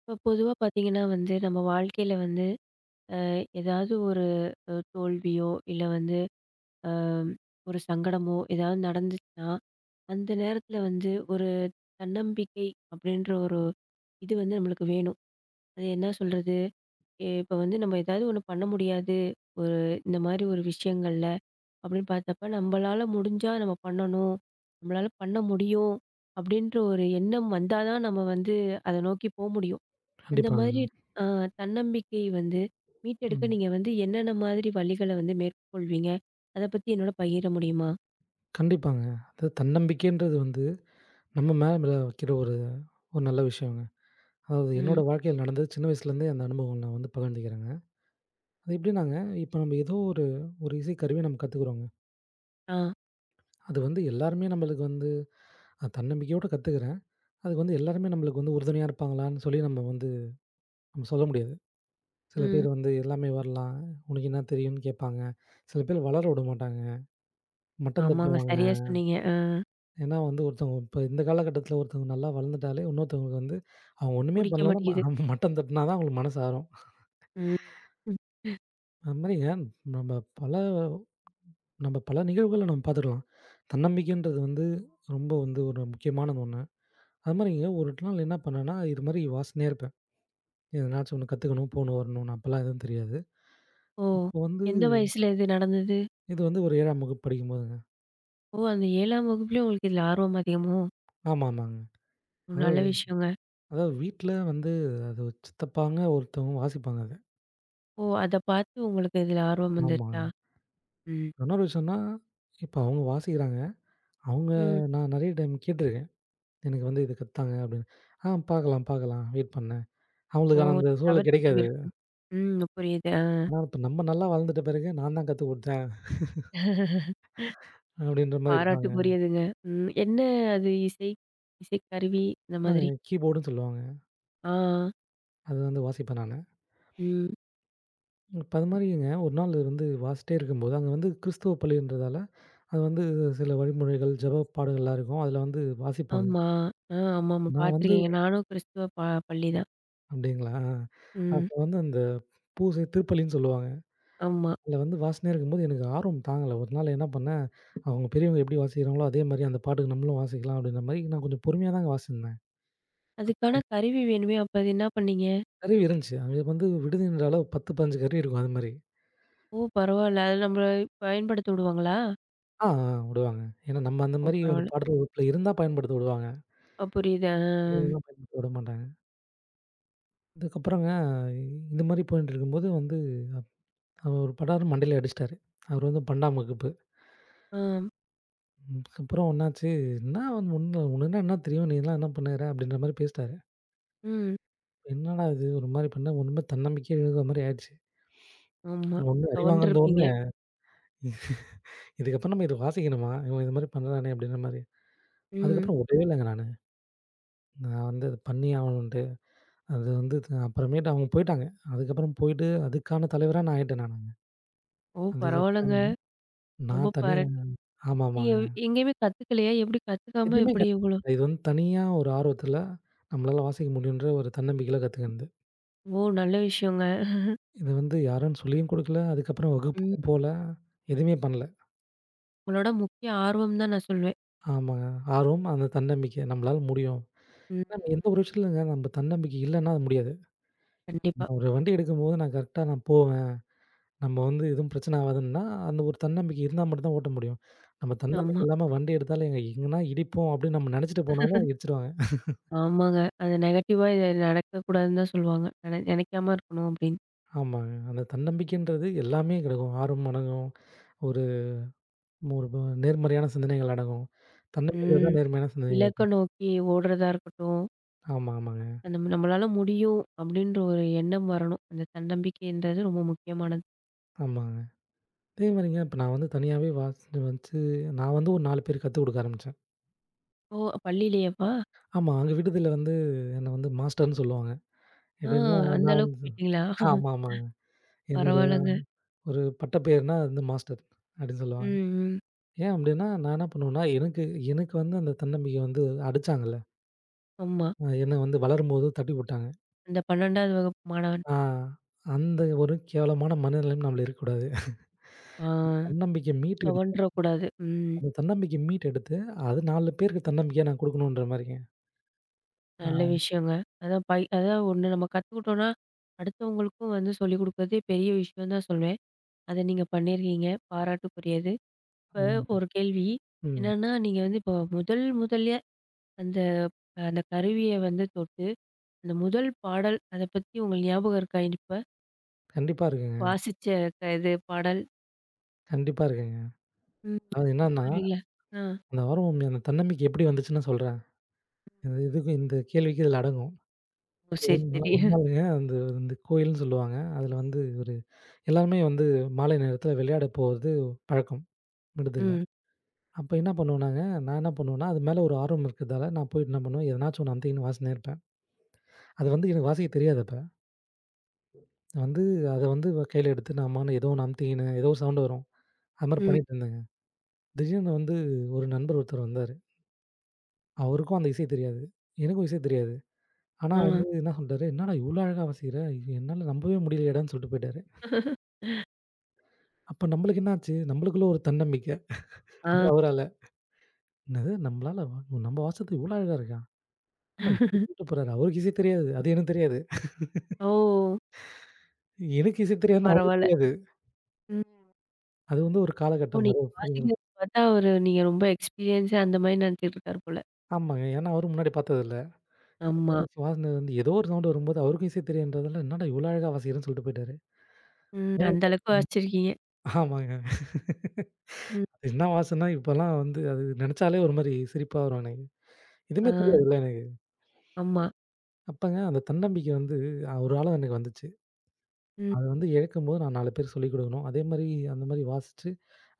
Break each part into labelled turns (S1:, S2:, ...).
S1: இப்போ பொதுவாக பார்த்தீங்கன்னா வந்து நம்ம வாழ்க்கையில் வந்து ஏதாவது ஒரு தோல்வியோ இல்லை வந்து அஹ், ஒரு சங்கடமோ ஏதாவது நடந்துச்சுன்னா அந்த நேரத்தில் வந்து ஒரு தன்னம்பிக்கை அப்படின்ற ஒரு இது வந்து நம்மளுக்கு வேணும். அது என்ன சொல்கிறது? இப்போ வந்து நம்ம ஏதாவது ஒன்று பண்ண முடியாது ஒரு இந்த மாதிரி ஒரு விஷயங்கள்ல அப்படின்னு பார்த்தப்ப நம்மளால முடிஞ்சா நம்ம பண்ணணும், நம்மளால பண்ண முடியும் அப்படின்ற ஒரு எண்ணம் வந்தாதான் நம்ம வந்து அதை நோக்கி போக முடியும். அந்த மாதிரி
S2: கண்டிப்பாங்க.
S1: அ தன்னம்பிக்கை வந்து மீட்டெடுக்க
S2: ம்.
S1: நீங்க வந்து என்னென்ன மாதிரி வழிகள வந்து மேற்கொள்வீங்க? அத பத்தி என்னோட பகிர முடியுமா?
S2: கண்டிப்பாங்க. அது தன்னம்பிக்கைன்றது வந்து நம்ம மேல வைக்கிற ஒரு ஒரு நல்ல விஷயங்க. அதாவது என்னோட
S1: ம்.
S2: வாழ்க்கையில நடந்தது சின்ன வயசுலேருந்தே அந்த அனுபவம் நான் வந்து பகிர்ந்துக்கிறேங்க. அது எப்படின்னாங்க, இப்போ நம்ம ஏதோ ஒரு ஒரு இசைக்கருவிய நம்ம கத்துக்குறோங்க.
S1: ஆ.
S2: அது வந்து எல்லாருமே நம்மளுக்கு வந்து நான் தன்னம்பிக்கையோட கத்துக்கிறேன். அதுக்கு வந்து எல்லாருமே நம்மளுக்கு வந்து உறுதுணையா இருப்பாங்களான்னு சொல்லி நம்ம வந்து நம்ம சொல்ல முடியாது. சில
S1: ம்.
S2: பேர் வந்து எல்லாமே வரலாம், உனக்கு என்ன தெரியும்னு கேட்பாங்க. சில பேர் வளர விட மாட்டாங்க. மட்டம்
S1: ஆமாங்க.
S2: தட்டுவாங்க.
S1: சரியா சொன்னீங்க. ஆ.
S2: ஏன்னா வந்து ஒருத்தவங்க இப்ப இந்த காலகட்டத்தில ஒருத்தவங்க நல்லா வளர்ந்துட்டாலே, இன்னொருத்தவங்களுக்கு வந்து அவங்க ஒண்ணுமே
S1: புடிக்க
S2: பண்ணலனாலும்
S1: மாட்டேங்குது.
S2: மட்டம் தட்டினா தான் அவங்களுக்கு மனசு ஆறும்.
S1: ம். ம்.
S2: அது மாரிங்க நம்ம பல நம்ம பல நிகழ்வுகள நம்ம பார்த்துக்கலாம். தன்னம்பிக்கைன்றது வந்து ரொம்ப வந்து ஒரு முக்கியமான ஒண்ணு. அது மாரிங்க ஒரு நாள் என்ன பண்ணேன்னா, இது மாரி வாசினே இருப்பேன். எதனாச்சும் ஒண்ணு கத்துக்கணும், போணும், வரணும்னு அப்பலாம் எதுவும் தெரியாது.
S1: ஓ!
S2: அப்போ வந்து
S1: எந்த வயசுல இது நடந்தது?
S2: இது வந்து ஒரு 7ஆம் வகுப்பு படிக்கும்போதுங்க.
S1: ஓ! அந்த 7ஆம் வகுப்புலயே உங்களுக்கு இதுல ஆர்வம் அதிகமோ?
S2: ஆமா, ஆமாங்க.
S1: ஓ! நல்ல
S2: அதாவது
S1: விஷயங்க.
S2: அதாவது வீட்ல வந்து அது சித்தப்பாங்க ஒருத்தவங்க வாசிப்பாங்க அத.
S1: ஓ! அத பார்த்து உங்களுக்கு இதுல ஆர்வம்
S2: ஆமா.
S1: வந்துருச்சா? ம்.
S2: இன்னொரு விஷயம்னா, இப்ப அவங்க வாசிக்கிறாங்க. அவங்க
S1: ம்.
S2: நான் நெறைய டைம் கேட்டுருக்கேன். எனக்கு வந்து இது கத்தாங்க அப்படின்னு. ஆ, பார்க்கலாம், பார்க்கலாம் வெயிட் பண்ணேன்.
S1: ஓ!
S2: அவங்களுக்கான அந்த சூழல்
S1: தவிர்த்துட்டு
S2: கிடைக்காது.
S1: போயிருக்காங்க. ம். புரியுது. ஆ.
S2: ஆனா இப்ப நம்ம நல்லா வளர்ந்துட்ட பிறகு நான் தான் கத்துக் குடுத்தேன் அப்படின்ற மாரி இருப்பாங்க.
S1: பாராட்டுக்குரியதுங்க. ம். என்ன அது இசை? இசைக்கருவி இந்த
S2: அ
S1: மாதிரி.
S2: கீபோர்டுன்னு சொல்லுவாங்க.
S1: ஆ.
S2: அது வந்து வாசிப்பேன் நானு.
S1: ம்.
S2: இப்ப அது மாரிங்க ஒரு நாள் வந்து வாசிச்சிட்டே இருக்கும்போது, அங்க வந்து கிறிஸ்துவ பள்ளின்றதால, அது வந்து சில வழிமுறைகள், ஜெப பாடுகள்லாம் இருக்கும். அதுல வந்து வாசிப்பாங்க.
S1: ஆமா. ஆ ஆமாமா.
S2: நான் வந்து
S1: பார்த்துருக்கேங்க. நானும் கிறிஸ்துவ பள்ளி தான்.
S2: அப்படிங்களா?
S1: ம்.
S2: அப்ப வந்து அந்த பூசை திருப்பலின்னு சொல்லுவாங்க.
S1: ஆமா.
S2: அதில வந்து வாசனையா இருக்கும்போது எனக்கு ஆர்வம் தாங்கல. ஒரு நாள் என்ன பண்ணேன், அவங்க பெரியவங்க எப்படி வாசிக்கிறாங்களோ, அதே மாரி அந்த பாட்டுக்கு நம்மளும் வாசிக்கலாம் அப்படின்ற மாரி நான் கொஞ்சம் பொறுமையா தாங்க வாசிந்தேன்.
S1: அதுக்கான கருவி வேணுமே. அப்ப அது என்ன பண்ணீங்க?
S2: கருவி இருந்துச்சு. அங்க வந்து விடுதின்ற அளவு 10, 15 கருவி இருக்கும் அது மாரி.
S1: ஓ! பரவால்ல. அது நம்மள பயன்படுத்த விடுவாங்களா?
S2: ஆ, ஆ விடுவாங்க. ஏன்னா நம்ம அந்த
S1: ஓ!
S2: மாரி வந்து
S1: பரவால்ல.
S2: பாடுற வகுப்புல இருந்தா பயன்படுத்த விடுவாங்க.
S1: அ புரியுது. ஆ.
S2: இல்லைன்னா பயன்படுத்த விட மாட்டாங்க. அதுக்கப்புறங்க இந்த மாரி போயிட்டு இருக்கும்போது வந்து அவர் ஒரு படார்ன்னு மண்டையில அடிச்சிட்டாரு. அவர் வந்து 12ஆம் வகுப்பு.
S1: ஆ.
S2: அதுக்கப்புறம் என்னாச்சு, "என்ன வந்து உனக்கு என்ன தெரியும்? நீ எல்லாம் என்ன பண்ணுகிற?" அப்படின்ற மாரி பேசிட்டாரு.
S1: ம்.
S2: என்னடா இது! ஒரு மாரி பண்ணா ஒண்ணுமே தன்னம்பிக்கையே இழந்த மாரி ஆயிடுச்சு.
S1: ஆமா.
S2: ஒண்ணு அடிவாங்கனது
S1: துவண்டுருப்பீங்க.
S2: ஒண்ணு இதுக்கப்புறம் நம்ம இத வாசிக்கணுமா? இவன் இது மாரி பண்றானே அப்படின்ற மாரி.
S1: ம்.
S2: அதுக்கப்புறம் விடவே இல்லங்க நானு. நான் வந்து அத பண்ணியே ஆகணுன்ட்டு. அது வந்து அப்புறமேட்டு அவங்க போயிட்டாங்க. அதுக்கப்புறம் போயிட்டு அதுக்கான தலைவரா நான் ஆயிட்டேன் நானு.
S1: ஓ! பரவால்லங்க.
S2: அதுக்கப்புறம்
S1: ரொம்ப
S2: நான் தனியா
S1: பாராட்டு. நீங்க
S2: ஆமாமாங்க.
S1: எங்கேயுமே கத்துக்கலையா? எப்படி கத்துக்காம
S2: எதுவுமே
S1: எப்படி இவ்வளோ?
S2: கத் இது வந்து தனியா ஒரு ஆர்வத்துல நம்மளால வாசிக்க முடியுன்ற ஒரு தன்னம்பிக்கையில கத்துக்கினது.
S1: ஓ! நல்ல விஷயங்க.
S2: இது வந்து யாரும் சொல்லியும் குடுக்கல. அதுக்கப்புறம்
S1: ம்.
S2: வகுப்புக்கும் போல. எதுவுமே பண்ணல.
S1: உங்களோட முக்கிய ஆர்வம் தான் நான் சொல்வேன்.
S2: ஆமாங்க. ஆர்வம், அந்த தன்னம்பிக்கை. நம்மளால முடியும். நம்ம
S1: ம்.
S2: எந்த ஒரு விஷயத்துலங்க நம்ம தன்னம்பிக்கை இல்லன்னா அது முடியாது.
S1: கண்டிப்பா.
S2: நான் ஒரு வண்டி எடுக்கும்போது நான் கரெக்ட்டா நான் போவேன். நம்ம வந்து எதுவும் பிரச்சனை ஆவாதுன்னா, அந்த ஒரு தன்னம்பிக்கை இருந்தா மட்டும் தான் ஓட்ட முடியும். நம்ம தன்னம்பிக்கை
S1: ஆமா.
S2: இல்லாம வண்டி எடுத்தாலும் எங்க எங்கன்னா இடிப்போம் அப்படின்னு நம்ம நெனச்சுட்டு போனாலும் இடிச்சுருவாங்க.
S1: ஆமாங்க. அது நெகட்டிவா இது நடக்கக்கூடாதுன்னு தான் சொல்லுவாங்க. நெனைக்காம இருக்கணும் அப்படின்னு.
S2: ஆமாங்க. அந்த தன்னம்பிக்கைன்றது எல்லாமே கெடக்கும். ஆர்வம் அடங்கும். ஒரு ஒரு நேர்மறையான சிந்தனைகள் அடங்கும். தன்னம்பிக்கை
S1: ம்.
S2: தான் நேர்மையான சிந்தனைகள்.
S1: இலக்க நோக்கி ஓடுறதா இருக்கட்டும்.
S2: ஆமா, ஆமாங்க.
S1: அது நம்ம நம்மளால முடியும் அப்படின்ற ஒரு எண்ணம் வரணும். அந்த தன்னம்பிக்கைன்றது ரொம்ப முக்கியமானது.
S2: ஆமாங்க. அதே மாரிங்க இப்ப நான் வந்து தனியாவே வாசிட்டு வந்து நான் வந்து ஒரு 4 பேருக்கு கத்துக் குடுக்க ஆரம்பிச்சேன்.
S1: ஓ! பள்ளியிலேயேவா?
S2: ஆமா. அங்க விடுதில வந்து என்ன வந்து மாஸ்டர்ன்னு சொல்லுவாங்க.
S1: ஆ
S2: எப்படின்னா,
S1: அந்த
S2: நான்
S1: அளவுக்கு
S2: வந்து
S1: போயிட்டீங்களா?
S2: ஆமா, ஆமாங்க. என்னோட
S1: பரவால்லங்க.
S2: ஒரு பட்டப்பெயர்னா வந்து மாஸ்டர் அப்படின்னு சொல்லுவாங்க.
S1: ம், ம்.
S2: ஏன் அப்படின்னா, நான் என்ன பண்ணுவேன்னா, எனக்கு எனக்கு வந்து அந்த தன்னம்பிக்கை வந்து அடிச்சாங்கல்ல.
S1: ஆமா.
S2: என்ன வந்து வளரும்போது தட்டி விட்டாங்க.
S1: அந்த 12வது வகுப்பு மாணவன்.
S2: ஆ. அந்த ஒரு கேவலமான மனநிலைமையில நம்மள இருக்கக்கூடாது.
S1: ஆ.
S2: அந்த தன்னம்பிக்கை மீட்டு எடுத்து
S1: துவண்டறக்கூடாது. ம்.
S2: அந்த தன்னம்பிக்கை மீட்டு எடுத்து, அது 4 பேருக்கு தன்னம்பிக்கையா நான் குடுக்கணுன்ற மாரிங்க.
S1: நல்ல
S2: ஆ.
S1: விஷயங்க. அதான் ஒண்ணு நம்ம கத்துக்கிட்டோம்னா, அடுத்தவங்களுக்கும் வந்து சொல்லிக் குடுக்குறதே பெரிய விஷயம் தான் சொல்வேன். அத நீங்க பண்ணியிருக்கீங்க. பாராட்டுக்குரியது. இப்ப
S2: ம்.
S1: ஒரு கேள்வி.
S2: ம்.
S1: என்னன்னா, நீங்க வந்து இப்போ முதல் முதல்ல அந்த அந்த கருவிய வந்து தொட்டு, அந்த முதல் பாடல் அத பத்தி உங்களுக்கு ஞாபகம் இருக்கா இப்ப?
S2: கண்டிப்பா இருக்குங்க.
S1: வாசிச்ச இது பாடல்.
S2: கண்டிப்பா இருக்குங்க.
S1: ம்.
S2: அது என்னன்னா,
S1: சொல்றீங்களா? ஆ.
S2: அந்த ஆர்வம் அந்த தன்னம்பிக்கை எப்படி வந்துச்சுன்னு நான் சொல்றேன். இதுக்கு இந்த கேள்விக்கு இதுல அடங்கும்.
S1: ஓ! சரி, சரி.
S2: ஒரு நாளுங்க அந்த இந்த கோயில்னு சொல்லுவாங்க. அதுல வந்து ஒரு எல்லாருமே வந்து மாலை நேரத்துல விளையாட போறது பழக்கம் விடுதில.
S1: ம்.
S2: அப்ப என்ன பண்ணுவோம் நாங்க, நான் என்ன பண்ணுவேன்னா, அது மேல ஒரு ஆர்வம் இருக்கிறதால நான் போயிட்டு என்ன பண்ணுவேன், எதனாச்சும் ஒண்ணு அமுத்திக்கின்னு வாசினே இருப்பேன். அது வந்து எனக்கு வாசிக்க தெரியாது அப்ப. வந்து அத வந்து கையில எடுத்து நான் பாட்டுன்னு ஏதோ ஒண்ணு அமுத்திக்கின்னு, ஏதோ ஒரு சவுண்ட் வரும். அது மாரி
S1: ம்.
S2: பண்ணிட்டு இருந்தேங்க. திடீர்னு வந்து ஒரு நண்பர் ஒருத்தர் வந்தாரு. அவருக்கும் அந்த இசை தெரியாது. எனக்கும் இசை தெரியாது. ஆனா
S1: ஆ.
S2: வந்து என்ன சொல்ட்டாரு, "என்னடா இவ்ளோ அழகா வாசிக்கிற? என்னால நம்பவே முடியலயேடான்னு" சொல்லிட்டு போயிட்டாரு. அப்ப நம்மளுக்கு என்ன ஆச்சு? நம்மளுக்குள்ள ஒரு தன்னம்பிக்கை.
S1: ஆ.
S2: அது அவரால. என்னது நம்மளால நம்ம வாசத்து இவ்ளோ அழகா இருக்கா? ஆனா இப்டி சொல்லிட்டு போறாரு. அவருக்கு இசை தெரியாது. அது எனக்கு தெரியாது.
S1: ஓ!
S2: எனக்கு இசை தெரியாதுன்னு அவருக்கு
S1: பரவால்ல.
S2: தெரியாது.
S1: ம்.
S2: அது வந்து ஒரு
S1: ஓ!
S2: காலகட்டம்
S1: நீங்க
S2: அது.
S1: வாசிக்கிறத பார்த்தா அவரு நீங்க ரொம்ப எக்ஸ்பீரியன்ஸா அந்த மாரி நெனச்சுட்டு இருக்காரு போல.
S2: ஆமாங்க. ஏன்னா அவரும் முன்னாடி பார்த்ததில்ல.
S1: ஆமா.
S2: வாசினது வந்து ஏதோ ஒரு சவுண்ட் வரும்போது அவருக்கும் இசை தெரியாதுன்றதால, என்னடா இவ்ளோ அழகா வாசிக்கிறேன்னு சொல்லிட்டு போயிட்டாரு.
S1: ம்.
S2: ஓ.
S1: அந்த அளவுக்கு வாசிச்சிருக்கீங்க.
S2: ஆமாங்க.
S1: ம்.
S2: அது என்ன வாசம்னா இப்பலாம் வந்து அது நெனச்சாலே ஒரு மாரி சிரிப்பா வரும் எனக்கு.
S1: ஆ.
S2: எதுவுமே தெரியாதுல்ல எனக்கு.
S1: ஆமா.
S2: அப்பங்க அந்த தன்னம்பிக்கை வந்து ஒரு காலம் எனக்கு வந்துச்சு. அத
S1: ம்.
S2: வந்து இழக்கும்போது நான் 4 பேருக்கு சொல்லிக் குடுக்கணும். அதே மாரி அந்த மாரி வாசிச்சு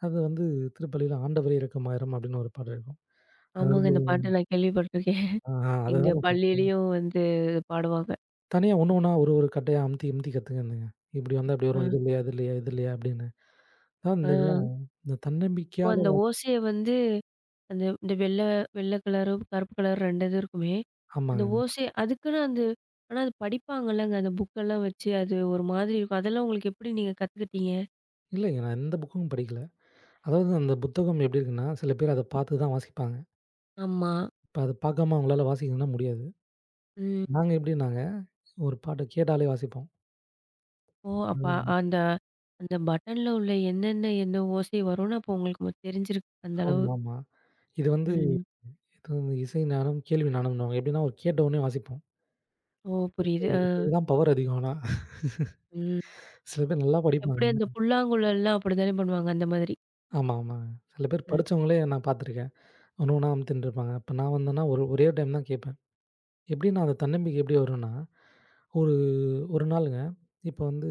S2: அது வந்து திருப்பள்ளியில "ஆண்டவரே இரக்கமாயிரம்" அப்படின்னு ஒரு பாடல் இருக்கும். அது
S1: ஆமாங்க.
S2: வந்து
S1: இந்த பாட்ட நான் கேள்விப்பட்டுருக்கேன்.
S2: ஆ
S1: எங்க
S2: அதுதான் நான்
S1: பள்ளியிலயும் வந்து பாடுவாங்க.
S2: தனியா ஒண்ணு ஒண்ணா ஒரு ஒரு கட்டையா அமுத்தி அமுத்தி கத்துக்கினேங்க. இப்படி வந்தா இப்படி
S1: ஆ.
S2: வரும். இது இல்லையா, இது இல்லையா, இது இல்லையா அப்படின்னு. அதான்
S1: ஆ.
S2: இந்தங்க இந்த
S1: ஓ!
S2: தன்னம்பிக்கையால
S1: அந்த ஓசைய வந்து அந்த இந்த வெள்ள வெள்ள கலரு, கருப்பு கலர் 2 இது இருக்குமே. அந்த
S2: ஆமாங்க.
S1: ஓசை அதுக்குன்னு அந்த ஆனா அது படிப்பாங்கல்லங்க. அந்த புக்கெல்லாம் வச்சு அது ஒரு மாதிரி இருக்கும். அதெல்லாம் உங்களுக்கு எப்படி நீங்க கத்துக்கிட்டீங்க?
S2: இல்லைங்க நான் எந்த புக்கும் படிக்கல. அதாவது அந்த புத்தகம் எப்படி இருக்குன்னா, சில பேர் அத பார்த்து தான் வாசிப்பாங்க.
S1: ஆமா.
S2: இப்ப அத பார்க்காம அவங்களால வாசிக்கணும்னா முடியாது.
S1: ம்.
S2: நாங்க எப்படின்னாங்க, ஒரு பாட்ட கேட்டாலே வாசிப்போம்.
S1: ஓ! அப்ப
S2: ம்.
S1: அந்த அந்த பட்டன்ல உள்ள என்னென்ன என்ன ஓசை வரும்னு அப்போ உங்களுக்கு தெரிஞ்சிருக்கு. அந்த அளவு.
S2: ஆமாமா. இது வந்து
S1: ம்.
S2: இது வந்து இசை ஞானம், கேள்வி ஞானம்ன்னுவாங்க. எப்படின்னா ஒரு கேட்ட உடனே வாசிப்போம்.
S1: ஓ! புரியுது. ஆ.
S2: இதுதான் பவர் அதிகம் ஆனா.
S1: ம்.
S2: சில பேர் நல்லா
S1: எப்படி அந்த
S2: படிப்பாங்க.
S1: புல்லாங்குழல்லாம் அப்படித்தானே பண்ணுவாங்க அந்த மாதிரி.
S2: ஆமா, ஆமாங்க. சில பேர்
S1: ம்.
S2: படிச்சவங்களே நான் பார்த்துருக்கேன். ஒண்ணு ஒண்ணா அமுத்தின்ட்டு இருப்பாங்க. அப்ப நான் வந்தேன்னா ஒரு ஒரே டைம் தான் கேட்பேன். எப்படின்னா அந்த தன்னம்பிக்கை எப்படி வரும்னா, ஒரு ஒரு நாளுங்க, இப்போ வந்து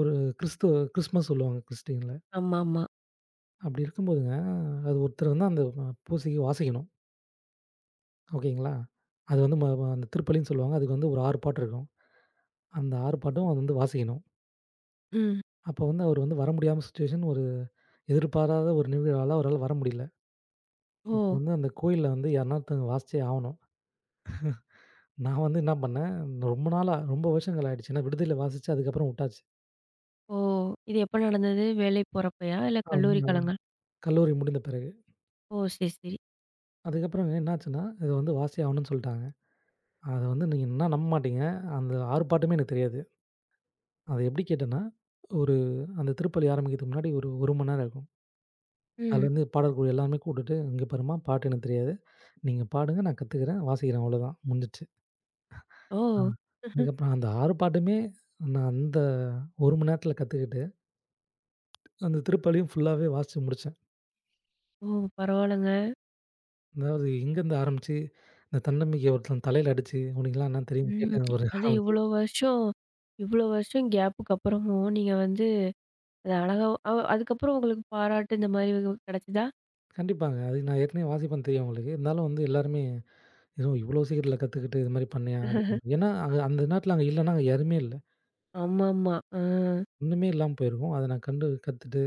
S2: ஒரு கிறிஸ்துவ கிறிஸ்மஸ் சொல்லுவாங்க கிறிஸ்டியன்ல.
S1: ஆமாமா.
S2: அப்படி இருக்கும்போதுங்க, அது ஒருத்தர் வந்து அந்த பூசைக்கு வாசிக்கணும். ஓகேங்களா? அது வந்து ம ம அந்த திருப்பலின்னு சொல்லுவாங்க. அதுக்கு வந்து ஒரு 6 பாட்டு இருக்கும். அந்த 6 பாட்டும் அது வந்து வாசிக்கணும்.
S1: ம்.
S2: அப்போ வந்து அவர் வந்து வர முடியாம சிச்சுவேஷன் ஒரு எதிர்பாராத ஒரு நிகழ்வால அவரால வர முடியல. இப்போ
S1: ஓ!
S2: வந்து அந்த கோயில்ல வந்து யாருனா ஒருத்தவங்க வாசிச்சே ஆவணும். நான் வந்து என்ன பண்ணேன், ரொம்ப நாளா ரொம்ப வருஷங்கள் ஆயிடுச்சு. ஏன்னா விடுதியில வாசிச்சு அதுக்கப்புறம் உட்டாச்சு.
S1: ஓ! இது எப்ப நடந்தது? வேலை போறப்பயா? இல்ல கல்லூரி
S2: ஆமா.
S1: காலங்கள்?
S2: கல்லூரி முடிந்த பிறகு.
S1: ஓ! சரி, சரி.
S2: அதுக்கப்புறம் என்னாச்சுன்னா, இத வந்து வாசியே ஆவணும்னு சொல்ட்டாங்க. அத வந்து நீங்க என்ன நம்ப மாட்டீங்க. அந்த ஆர்ப்பாட்டமே எனக்கு தெரியாது. அத எப்படி கேட்டேன்னா, ஒரு அந்த திருப்பலி ஆரம்பிக்கிறதுக்கு முன்னாடி ஒரு 1 மணி நேரம் இருக்கும்.
S1: ம்.
S2: அதுலேருந்து பாடற்குழு எல்லாருமே கூட்டுட்டு, "இங்க பாரும்மா பாட்டு எனக்கு தெரியாது. நீங்க பாடுங்க நான் கத்துக்கிறேன், வாசிக்கிறேன் அவ்வளோதான்" முடிஞ்சிச்சு.
S1: ஓ!
S2: ஆ. அதுக்கப்புறம் அந்த ஆர்ப்பாட்டமே நான் அந்த 1 மணி நேரத்தில கத்துக்கிட்டு, அந்த திருப்பலியும் ஃபுல்லாவே வாசிச்சு முடிச்சேன்.
S1: ஓ! பரவாயில்லங்க.
S2: அதாவது எங்கேருந்து ஆரம்பிச்சு, இந்த தன்னம்பிக்கைய ஒருத்தன் தலையில அடிச்சு, "உனக்குலாம் என்ன தெரியும்ன்னு"
S1: ம்.
S2: கேட்டு ஒரு
S1: அது
S2: ஆரம்பிச்சது.
S1: இவ்வளோ வருஷம் இவ்வளோ வருஷம் கேப்புக்கு அப்புறமும் நீங்க வந்து அத அழகா அ அதுக்கப்புறம் உங்களுக்கு பாராட்டு இந்த மாதிரி கிடைச்சதா?
S2: கண்டிப்பாங்க. அது நான் ஏற்கனவே வாசிப்பேன் தெரியும் அவங்களுக்கு. இருந்தாலும் வந்து எல்லாருமே, "ஏதோ இவ்வளோ சீக்கிரத்தில கத்துக்கிட்டு இது மாரி பண்ணியா?" அப்படின்னு. ஏன்னா, அங்க அந்த நேரத்தில அங்க இல்லன்னா, அங்க யாருமே இல்ல.
S1: ஆமாமா. ஆ.
S2: ஒண்ணுமே இல்லாம போயிருக்கும். அத நான் கண்டு கத்துட்டு,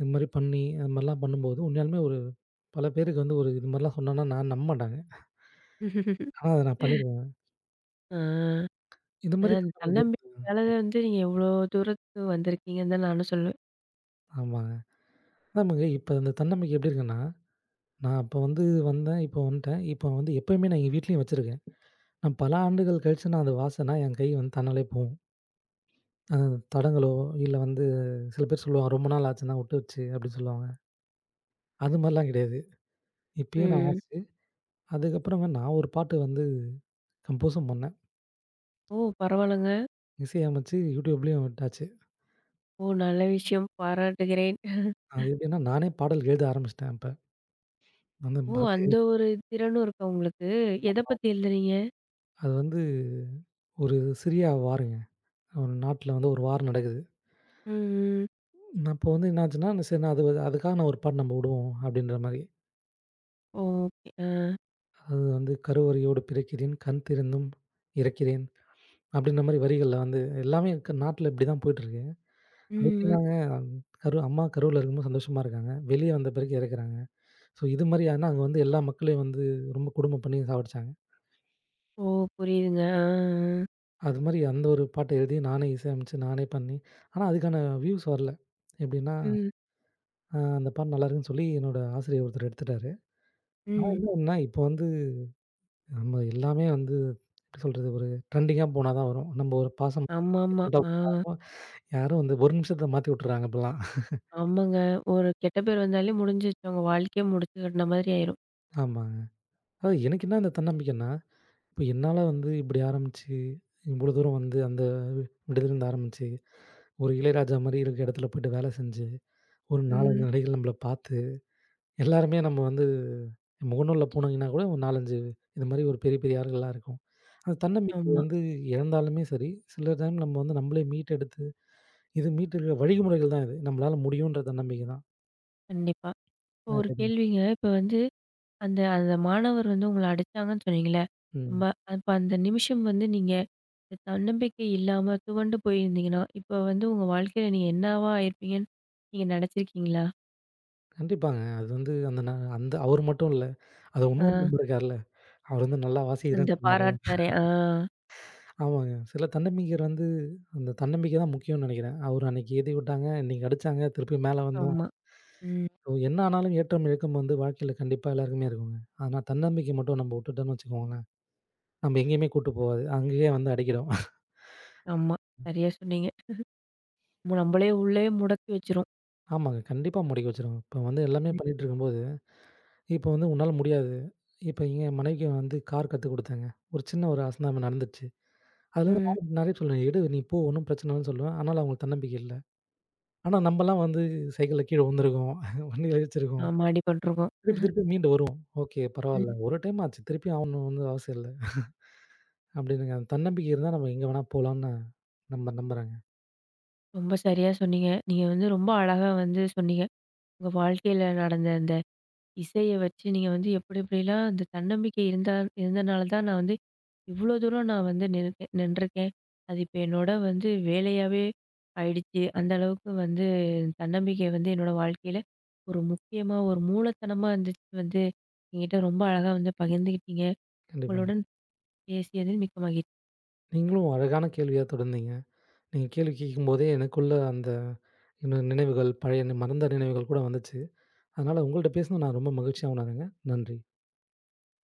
S2: இது மாரி பண்ணி, அது மாரிலாம் பண்ணும்போது, உண்மையாலுமே ஒரு பல பேருக்கு வந்து ஒரு இது மாரிலாம் சொன்னோன்னா, நான் நம்ப மாட்டாங்க. ஆனா, அத நான் பண்ணிருக்கேன்.
S1: ஆ.
S2: இது மாரி
S1: அதான் அந்த
S2: தன்னம்பிக்கை
S1: தன்னம்பிக்கையால வந்து நீங்க எவ்ளோ தூரத்துக்கு வந்திருக்கீங்கன்னு தான் நானும் சொல்லுவேன்.
S2: ஆமாங்க. ஆமாங்க. இப்ப இந்த தன்னம்பிக்கை எப்படி இருக்குன்னா, நான் அப்ப வந்து வந்தேன், இப்ப வந்துட்டேன். இப்ப வந்து எப்பயுமே நான் எங்க வீட்லயும் வச்சிருக்கேன். நான் பல ஆண்டுகள் கழிச்சு நான் அத வாசனா என் கை வந்து தன்னாலே போகும். அ தடங்கலோ, இல்ல வந்து சில பேர் சொல்லுவாங்க, "ரொம்ப நாள் ஆச்சுன்னா ஒட்டுச்சு" அப்படின்னு சொல்லுவாங்க. அது மாரிலாம் கிடையாது. இப்பயும் நான்
S1: ம்.
S2: வாசிச்சு, அதுக்கப்புறங்க நான் ஒரு பாட்டு வந்து கம்போஸும் பண்ணேன்.
S1: ஓ! பரவால்லங்க.
S2: இசையமைச்சு யூடியூப்லயும் விட்டாச்சு.
S1: ஓ! நல்ல விஷயம். பாராட்டுகிறேன்.
S2: அது எப்படின்னா, நானே பாடல் எழுத ஆரம்பிச்சுட்டேன் இப்ப. அந்த
S1: ஓ!
S2: பாட்டு
S1: அந்த ஒரு திறனும் இருக்கா உங்களுக்கு? எத பத்தி எழுதுறீங்க?
S2: அது வந்து ஒரு சிரியா வாருங்க. ஒரு நாட்டுல வந்து ஒரு வார் நடக்குது.
S1: ம். ம்.
S2: அப்போ வந்து என்ன ஆச்சுன்னா, சரி நான் அதுக்காக நான் ஒரு பாட்டு நம்ம விடுவோம் அப்படின்ற மாரி.
S1: ஓ! ஓகே. ஆ.
S2: அது வந்து "கருவறையோடு பிறக்கிறேன், கண் திறந்தும் இறக்கிறேன்" அப்படின்ற மாரி வரிகள்ல வந்து எல்லாமே இருக்க நாட்ல இப்படிதான் போயிட்டுருக்கு. அது
S1: ம்.
S2: எப்படின்னாங்க
S1: ம்.
S2: அம்மா கருவுல இருக்கும்போது சந்தோஷமா இருக்காங்க. வெளிய வந்த பிறகு இறக்குறாங்க. ஸோ இது மாரி ஆனா அங்க வந்து எல்லா மக்களையும் வந்து ரொம்ப கொடுமை பண்ணி சாவடிச்சாங்க.
S1: ஓ! புரியுதுங்க. ஆ, ஆ.
S2: அது மாரி அந்த ஒரு பாட்ட எழுதி நானே இசையமைச்சு, நானே பண்ணி ஆனா அதுக்கான வியூஸ் வரல. எப்படின்னா,
S1: ம்.
S2: அந்த பாட்டு நல்லாயிருக்குன்னு சொல்லி என்னோட ஆசிரியர் ஒருத்தர் எடுத்துட்டாரு. ஆனா
S1: ம்.
S2: என்னன்னா, இப்போ வந்து நம்ம எல்லாமே வந்து எப்படி சொல்றது? ஒரு ட்ரெண்டிங்கா போனா தான் வரும். நம்ம ஒரு பாசம்
S1: ஆமாமா.
S2: மட்டும்
S1: ஆ.
S2: போனா வரும். யாரும் வந்து ஒரு நிமிஷத்துல மாத்தி விட்டுறாங்க இப்பலாம்.
S1: ஆமாங்க. ஒரு கெட்ட பேர் வந்தாலே முடிஞ்சிருச்சு. அவங்க வாழ்க்கையே முடிச்சு கட்டுன மாதிரி ஆயிரும்.
S2: ஆமா. அது எனக்கு என்ன அந்த தன்னம்பிக்கைன்னா, இப்ப என்னால வந்து இப்படி ஆரம்பிச்சு, இவ்வளோ தூரம் வந்து அந்த விடுதிலருந்து ஆரம்பிச்சு, ஒரு இளையராஜா மாரி இருக்க இடத்துல போயிட்டு வேலை செஞ்சு, ஒரு 4,
S1: ம்.
S2: 5 நடிகர்கள் நம்மள பார்த்து, எல்லாருமே நம்ம வந்து முகநூல்ல போனீங்கன்னா கூட ஒரு 4, 5 இது மாரி ஒரு பெரிய பெரிய ஆள்கள்லாம் இருக்கும். அந்த தன்னம்பிக்கை
S1: ஆமா.
S2: வந்து இழந்தாலுமே சரி, சில டைம் நம்ம வந்து நம்மளே மீட்டெடுத்து, இது மீட்டெடுக்க வழிமுறைகள் தான் இது. நம்மளால முடியுன்ற தன்னம்பிக்கை தான்.
S1: கண்டிப்பா. இப்போ
S2: வேற
S1: ஒரு
S2: எதுவும் இல்ல.
S1: கேள்விங்க. இப்ப வந்து அந்த அந்த மாணவர் வந்து உங்கள அடிச்சாங்கன்னு சொன்னீங்கல்ல.
S2: ம்.
S1: நம்ப அப்ப அந்த நிமிஷம் வந்து நீங்க இந்த தன்னம்பிக்கை இல்லாம துவண்டு போயிருந்தீங்கன்னா, இப்ப வந்து உங்க வாழ்க்கையில நீங்க என்னவா ஆயிருப்பீங்கன்னு நீங்க நெனச்சிருக்கீங்களா?
S2: கண்டிப்பாங்க. அது வந்து அந்த அந்த அவரு மட்டும் இல்ல. அது
S1: ஆ
S2: இன்னொரு நண்பர் இருக்கார்ல. அவரு வந்து நல்லா
S1: அந்த
S2: வாசிக்கிறேன்னு சொன்னாரு.
S1: பாராட்டுனாரே ஆ
S2: ஆமாங்க. சில தன்னம்பிக்கையர் வந்து அந்த தன்னம்பிக்கை தான் முக்கியம்னு நெனைக்கிறேன். அவரு அன்னைக்கு ஏத்தி விட்டாங்க, இன்னைக்கு அடிச்சாங்க, திருப்பி மேல வந்தோம்.
S1: ஆமா. ம்.
S2: ஸோ என்ன ஆனாலும் ஏற்றம், இறக்கம் வந்து வாழ்க்கையில கண்டிப்பா எல்லாருக்குமே இருக்குங்க. ஆனா தன்னம்பிக்கை மட்டும் நம்ம விட்டுட்டோம்னு வச்சுக்கோங்களேன், நம்ம எங்கேயுமே கூட்டு போவாது. அங்கேயே வந்து அடைக்கிடும்.
S1: ஆமா. சரியா சொன்னீங்க. நம்பளே உள்ளயே முடக்கி வச்சுரும்.
S2: ஆமாங்க. கண்டிப்பா முடக்கி வச்சுரும். இப்ப வந்து எல்லாமே
S1: ம்.
S2: பண்ணிட்டு இருக்கும்போது, இப்ப வந்து உன்னால முடியாது. இப்ப எங்க மனைவிக்கு வந்து கார் கத்துக் குடுத்தேங்க. ஒரு சின்ன ஒரு அசம்பாவிதம் நடந்துச்சு. அதுலருந்து
S1: ம்.
S2: நானும் நெறைய சொல்லுவேன், "எடு நீ போ ஒண்ணும் பிரச்சனை இல்லன்னு" சொல்லுவேன். ஆனாலும் அவங்களுக்கு தன்னம்பிக்கை இல்ல. ஆனா நம்பலாம் வந்து சைக்கிள்ல கீழ விழுந்திருக்கோம், வண்டியில இடிச்சிருக்கோம்.
S1: ஆமா. அடிபட்டுருக்கோம்.
S2: திருப்பி, திருப்பி மீண்டு வருவோம். ஓகே
S1: ம்.
S2: பரவால்ல. ஒரு டைம் ஆச்சு. திருப்பி ஆவணும்னு அவசியம் இல்ல. அப்டின்னு அந்த தன்னம்பிக்கை இருந்தா நம்ம எங்க வேணா போலான்னு நம்ப நம்புறேங்க.
S1: ரொம்ப சரியா சொன்னீங்க. நீங்க வந்து ரொம்ப அழகா வந்து சொன்னீங்க. உங்க வாழ்க்கையில நடந்த அந்த இசைய வச்சு நீங்க வந்து எப்படி எப்படிலாம் அந்த தன்னம்பிக்கை இருந்தா இருந்தனால தான் நான் வந்து இவ்வளோ தூரம் நான் வந்து நின்றுருக்கேன். அது இப்போ என்னோட வந்து வேலையாவே ஆயிடுச்சு. அந்த அளவுக்கு வந்து தன்னம்பிக்கை வந்து என்னோட வாழ்க்கையில ஒரு முக்கியமா, ஒரு மூலத்தனமா இருந்துச்சு வந்து என்கிட்ட ரொம்ப அழகா வந்து பகிர்ந்துக்கிட்டீங்க.
S2: கண்டிப்பா.
S1: உங்களுடன் பேசியதில் மிக்க மகிழ்ச்சி.
S2: நீங்களும் அழகான கேள்வியா தொடர்ந்தீங்க. நீங்க கேள்வி கேட்கும்போதே எனக்குள்ள அந்த இன்னும் நினைவுகள் பழைய மறந்த நினைவுகள் கூட வந்துச்சு. அதனால உங்கள்ட்ட பேசினது நான் ரொம்ப மகிழ்ச்சியா உணர்றேங்க. நன்றி.